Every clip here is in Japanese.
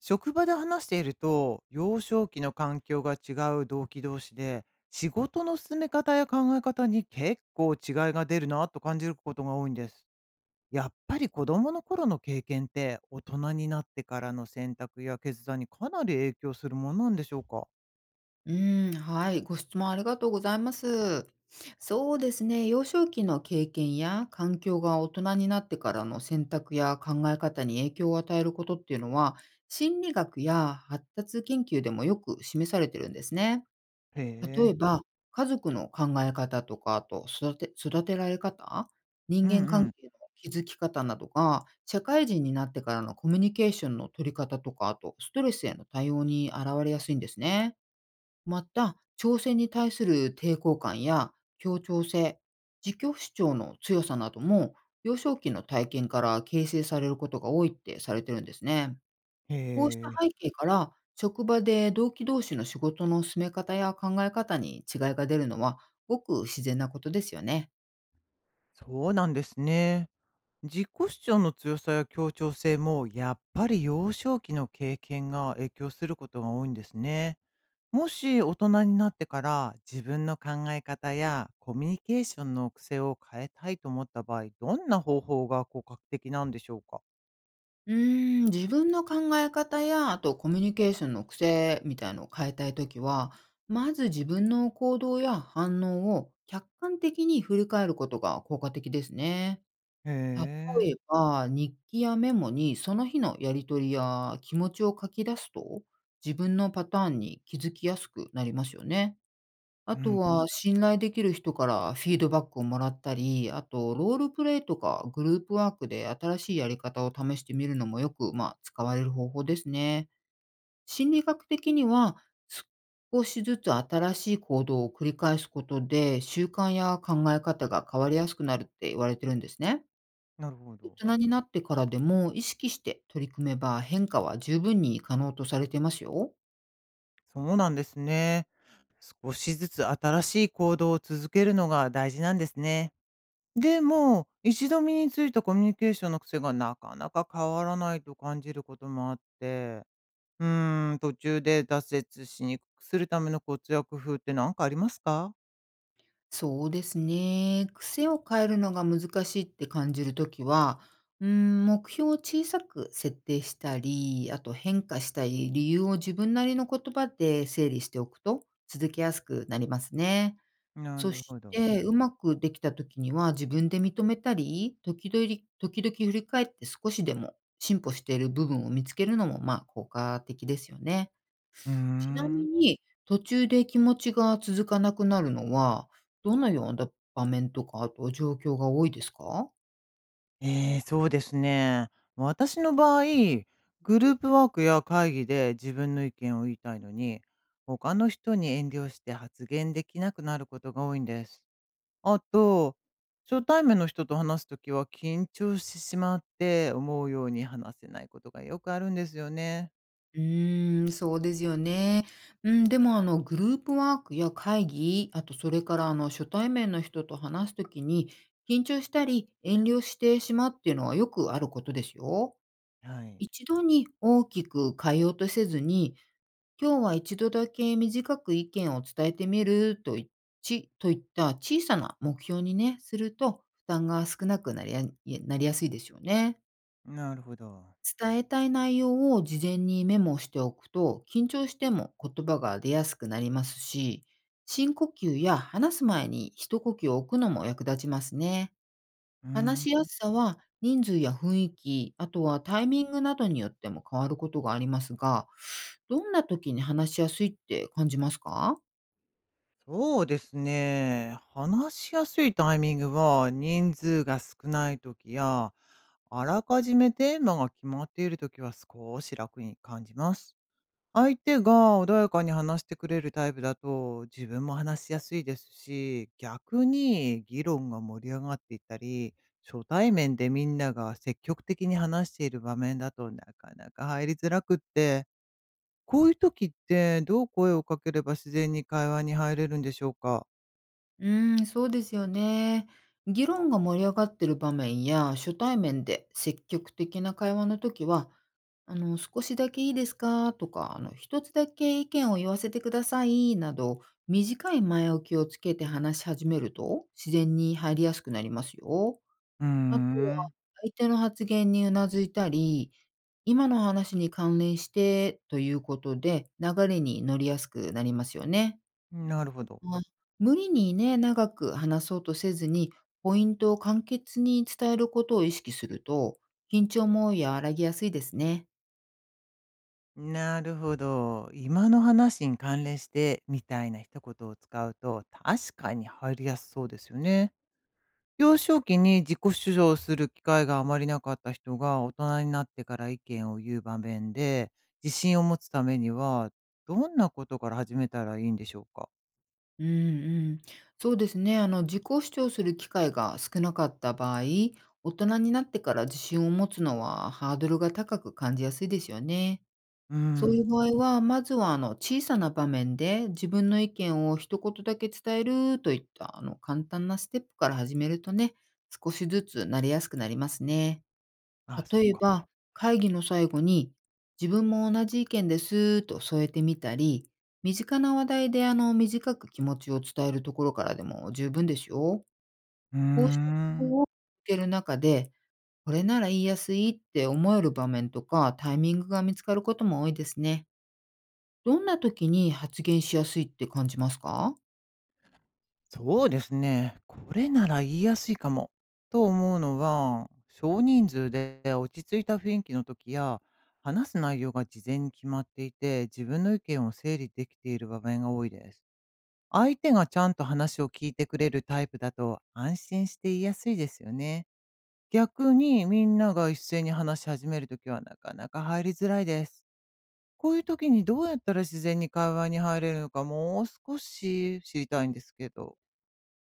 職場で話していると、幼少期の環境が違う同期同士で、仕事の進め方や考え方に結構違いが出るなと感じることが多いんです。やっぱり子供の頃の経験って大人になってからの選択や決断にかなり影響するものなんでしょうか？うーん、はい、ご質問ありがとうございます。そうですね、幼少期の経験や環境が大人になってからの選択や考え方に影響を与えることっていうのは、心理学や発達研究でもよく示されてるんですね。へ例え。えば、家族の考え方とか、あと育てられ方、う人間んう関ん。係の築き方などが、社会人になってからのコミュニケーションの取り方とか、あとストレスへの対応に現れやすいんですね。また、挑戦に対する抵抗感や協調性、自己主張の強さなども、幼少期の体験から形成されることが多いってされてるんですね。へこうしたえ。背景から、職場で同期同士の仕事の進め方や考え方に違いが出るのは、ごく自然なことですよね。そうなんですね。自己主張の強さや協調性もやっぱり幼少期の経験が影響することが多いんですね。もし大人になってから自分の考え方やコミュニケーションの癖を変えたいと思った場合、どんな方法が効果的なんでしょうか？うー自分の考え方や、あとコミュニケーションの癖みたいのを変えたいときは、まず自分の行動や反応を客観的に振り返ることが効果的ですね。へ例ええ。ば、日記やメモにその日のやりとりや気持ちを書き出すと、自分のパターンに気づきやすくなりますよね。あうとん、確は、かに。信頼できる人からフィードバックをもらったり、あとロールプレイとかグループワークで新しいやり方を試してみるのもよく、まあ、使われる方法ですね。心理学的には、少しずつ新しい行動を繰り返すことで、習慣や考え方が変わりやすくなるって言われてるんですね。なるほ大ど。人になってからでも意識して取り組めば変化は十分に可能とされてますよ。そうなんですね。少しずつ新しい行動を続けるのが大事なんですね。でも、一度身についたコミュニケーションの癖がなかなか変わらないと感じることもあって、途中で挫折しにくくするためのコツや工夫って何かありますか？そうですね。癖を変えるのが難しいって感じるときは、目標を小さく設定したり、あと変化したい理由を自分なりの言葉で整理しておくと続けやすくなりますね。なそるしほど。て、うまくできたときには自分で認めたり、時々振り返って少しでも進歩している部分を見つけるのも、まあ、効果的ですよね。うーちなみん。に、途中で気持ちが続かなくなるのは、どのような場面とか、あと状況が多いですか？ええ、そうですね。私の場合、グループワークや会議で自分の意見を言いたいのに、他の人に遠慮して発言できなくなることが多いんです。あと、初対面の人と話すときは緊張してしまって思うように話せないことがよくあるんですよね。うーん、そうですよね。うん、でも、グループワークや会議、あとそれから、初対面の人と話すときに、緊張したり遠慮してしまうっていうのはよくあることですよ。はい。一度に大きく変えようとせずに、今日は一度だけ短く意見を伝えてみるとといった小さな目標にね、すると負担が少なくなりやすいでしょうね。なるほど。伝えたい内容を事前にメモしておくと、緊張しても言葉が出やすくなりますし、深呼吸や話す前に一呼吸を置くのも役立ちますね。うー話ん。しやすさは人数や雰囲気、あとはタイミングなどによっても変わることがありますが、どんな時に話しやすいって感じますか？そうですね。話しやすいタイミングは、人数が少ない時や、あらかじめテーマが決まっている時は少し楽に感じます。相手が穏やかに話してくれるタイプだと、自分も話しやすいですし、逆に議論が盛り上がっていったり、初対面でみんなが積極的に話している場面だとなかなか入りづらくって、こういう時ってどう声をかければ自然に会話に入れるんでしょうか？うーん、そうですよね。議論が盛り上がってる場面や初対面で積極的な会話の時は、少しだけいいですかとか、一つだけ意見を言わせてくださいなど、短い前置きをつけて話し始めると自然に入りやすくなりますよ。うーあとは、ん、相手の発言にうなずいたり、今の話に関連してということで、流れに乗りやすくなりますよね。なるほど。まあ、無理にね、長く話そうとせずに、ポイントを簡潔に伝えることを意識すると、緊張も和らぎやすいですね。なるほど。今の話に関連して、みたいな一言を使うと、確かに入りやすそうですよね。幼少期に自己主張する機会があまりなかった人が、大人になってから意見を言う場面で、自信を持つためには、どんなことから始めたらいいんでしょうか？うんうん。そうですね。自己主張する機会が少なかった場合、大人になってから自信を持つのはハードルが高く感じやすいですよね。うーそういん。う場合は、まずは小さな場面で自分の意見を一言だけ伝えるといった簡単なステップから始めるとね、少しずつ慣れやすくなりますね。ああ、そっ例えか。ば、会議の最後に自分も同じ意見ですと添えてみたり、身近な話題で短く気持ちを伝えるところからでも十分ですよ。うーこうした工ん。夫を受ける中で、これなら言いやすいって思える場面とかタイミングが見つかることも多いですね。どんな時に発言しやすいって感じますか？そうですね。これなら言いやすいかも、と思うのは、少人数で落ち着いた雰囲気の時や、話す内容が事前に決まっていて、自分の意見を整理できている場面が多いです。相手がちゃんと話を聞いてくれるタイプだと安心して言いやすいですよね。逆にみんなが一斉に話し始めるときはなかなか入りづらいです。こういう時にどうやったら自然に会話に入れるのか、もう少し知りたいんですけど。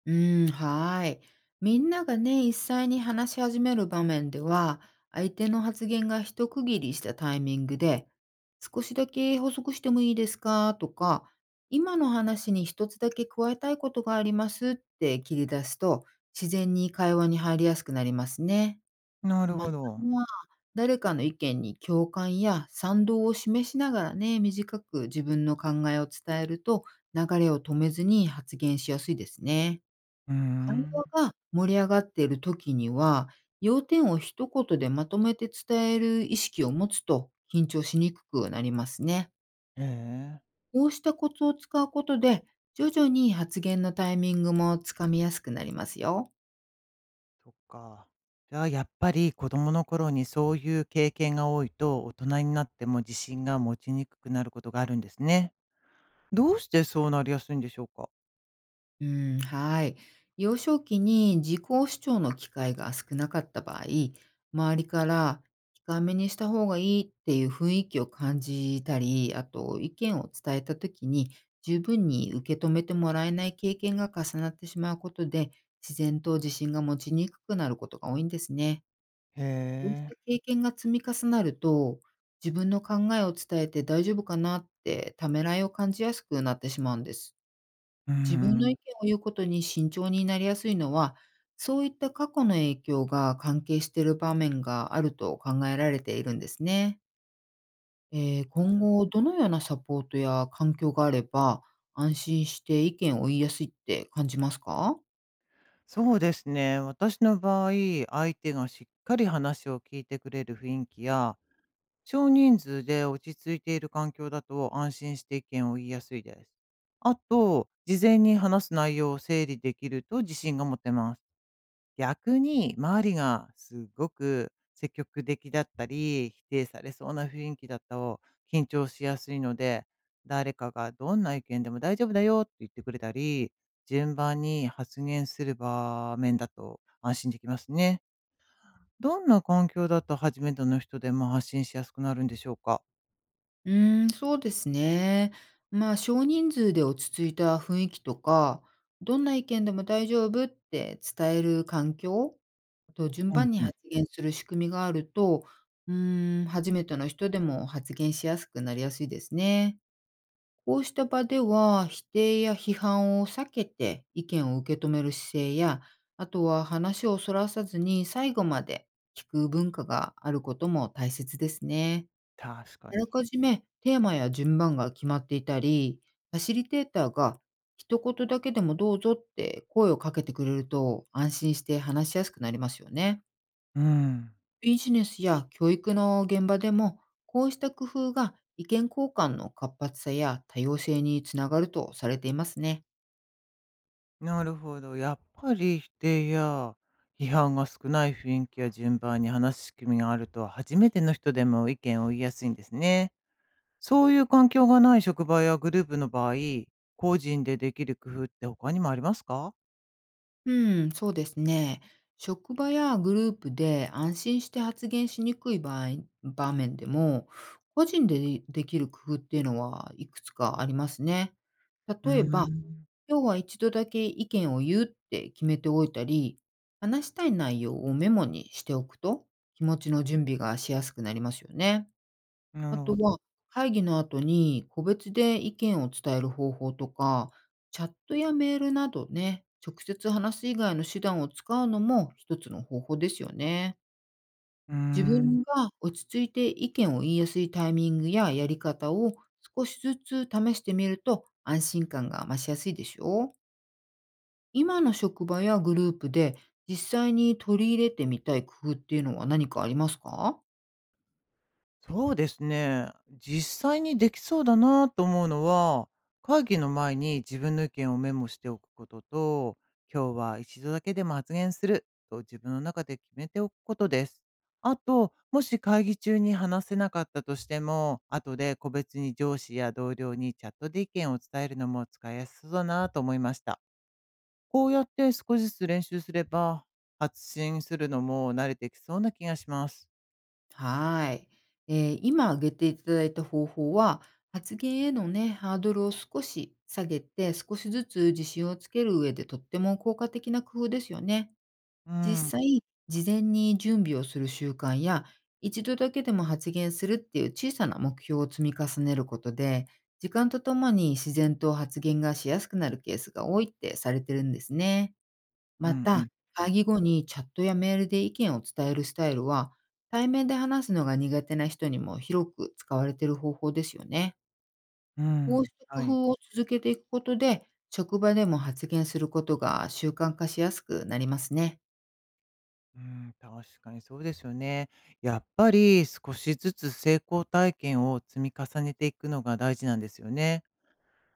うーん、はーい。みんながね、一斉に話し始める場面では、相手の発言が一区切りしたタイミングで、少しだけ補足してもいいですかとか、今の話に一つだけ加えたいことがありますって切り出すと、自然に会話に入りやすくなりますね。なるまほたど。は、誰かの意見に共感や賛同を示しながらね、短く自分の考えを伝えると、流れを止めずに発言しやすいですね。うー会ん、話が盛り上がっている時には、要点を一言でまとめて伝える意識を持つと、緊張しにくくなりますね。ええ、こうしたコツを使うことで、徐々に発言のタイミングもつかみやすくなりますよ。そっか。じゃあ、やっぱり子供の頃にそういう経験が多いと、大人になっても自信が持ちにくくなることがあるんですね。どうしてそうなりやすいんでしょうか？うん、はい。幼少期に自己主張の機会が少なかった場合、周りから控えめにした方がいいっていう雰囲気を感じたり、あと意見を伝えた時に十分に受け止めてもらえない経験が重なってしまうことで、自然と自信が持ちにくくなることが多いんですね。へこうしえ、た経験が積み重なると、自分の考えを伝えて大丈夫かなってためらいを感じやすくなってしまうんです。うー自分のん。意見を言うことに慎重になりやすいのは、そういった過去の影響が関係している場面があると考えられているんですね。今後、どのようなサポートや環境があれば、安心して意見を言いやすいって感じますか？そうですね、私の場合、相手がしっかり話を聞いてくれる雰囲気や、少人数で落ち着いている環境だと安心して意見を言いやすいです。あと、事前に話す内容を整理できると自信が持てます。逆に周りがすごく積極的だったり、否定されそうな雰囲気だと緊張しやすいので、誰かがどんな意見でも大丈夫だよって言ってくれたり、順番に発言する場面だと安心できますね。どんな環境だと初めての人でも発信しやすくなるんでしょうか？うーん、そうですね。まあ、少人数で落ち着いた雰囲気とか、どんな意見でも大丈夫って伝える環境と、順うん番にうん、発言する仕組みがあると、初めての人でも発言しやすくなりやすいですね。こうした場では、否定や批判を避けて意見を受け止める姿勢や、あとは話をそらさずに最後まで聞く文化があることも大切ですね。確かあに。らかじめテーマや順番が決まっていたり、ファシリテーターが一言だけでもどうぞって声をかけてくれると安心して話しやすくなりますよね。うん。ビジネスや教育の現場でも、こうした工夫が意見交換の活発さや多様性につながるとされていますね。なるほど。やっぱり否定や批判が少ない雰囲気や順番に話す仕組みがあると、初めての人でも意見を言いやすいんですね。そういう環境がない職場やグループの場合、個人でできる工夫って他にもありますか？うん、そうですね。職場やグループで安心して発言しにくい場面でも、個人でできる工夫っていうのはいくつかありますね。うー例えば、ん。今日は一度だけ意見を言うって決めておいたり、話したい内容をメモにしておくと気持ちの準備がしやすくなりますよね。なあるとほど。は、会議の後に個別で意見を伝える方法とか、チャットやメールなどね、直接話す以外の手段を使うのも一つの方法ですよね。うー自ん。分が落ち着いて意見を言いやすいタイミングややり方を少しずつ試してみると安心感が増しやすいでしょう。今の職場やグループで実際に取り入れてみたい工夫っていうのは何かありますか？そうですね。実際にできそうだなと思うのは、会議の前に自分の意見をメモしておくことと、今日は一度だけでも発言すると自分の中で決めておくことです。あと、もし会議中に話せなかったとしても、後で個別に上司や同僚にチャットで意見を伝えるのも使いやすそうだなと思いました。こうやって少しずつ練習すれば、発信するのも慣れてきそうな気がします。はい。今挙げていただいた方法は、発言へのね、ハードルを少し下げて、少しずつ自信をつける上でとっても効果的な工夫ですよね。うん、うん、実際、事前に準備をする習慣や、一度だけでも発言するっていう小さな目標を積み重ねることで、時間とともに自然と発言がしやすくなるケースが多いってされてるんですね。うまん、た、確かに。会議後にチャットやメールで意見を伝えるスタイルは、対面で話すのが苦手な人にも広く使われている方法ですよね。うこうん、した工はい。夫を続けていくことで、職場でも発言することが習慣化しやすくなりますね。うん、確かにそうですよね。やっぱり少しずつ成功体験を積み重ねていくのが大事なんですよね。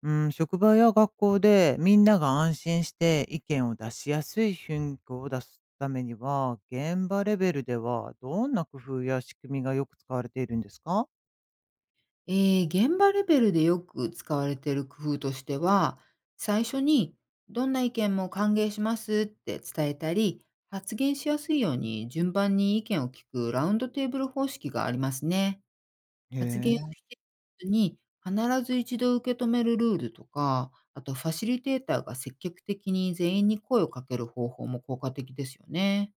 うん、職場や学校でみんなが安心して意見を出しやすい雰囲気を出すためには、現場レベルではどんな工夫や仕組みがよく使われているんですか？え現場レベルでよく使われている工夫としては、最初にどんな意見も歓迎しますって伝えたり、発言しやすいように順番に意見を聞くラウンドテーブル方式がありますね。へ発言をえ。否定せずに、必ず一度受け止めるルールとか、あとファシリテーターが積極的に全員に声をかける方法も効果的ですよね。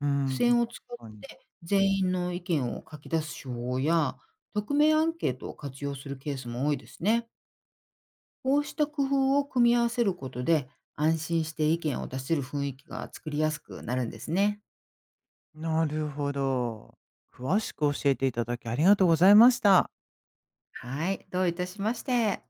う付ん、確箋を使っかに。て全員の意見を書き出す手法や、匿名アンケートを活用するケースも多いですね。こうした工夫を組み合わせることで、安心して意見を出せる雰囲気が作りやすくなるんですね。なるほど。詳しく教えていただきありがとうございました。はい、どういたしまして。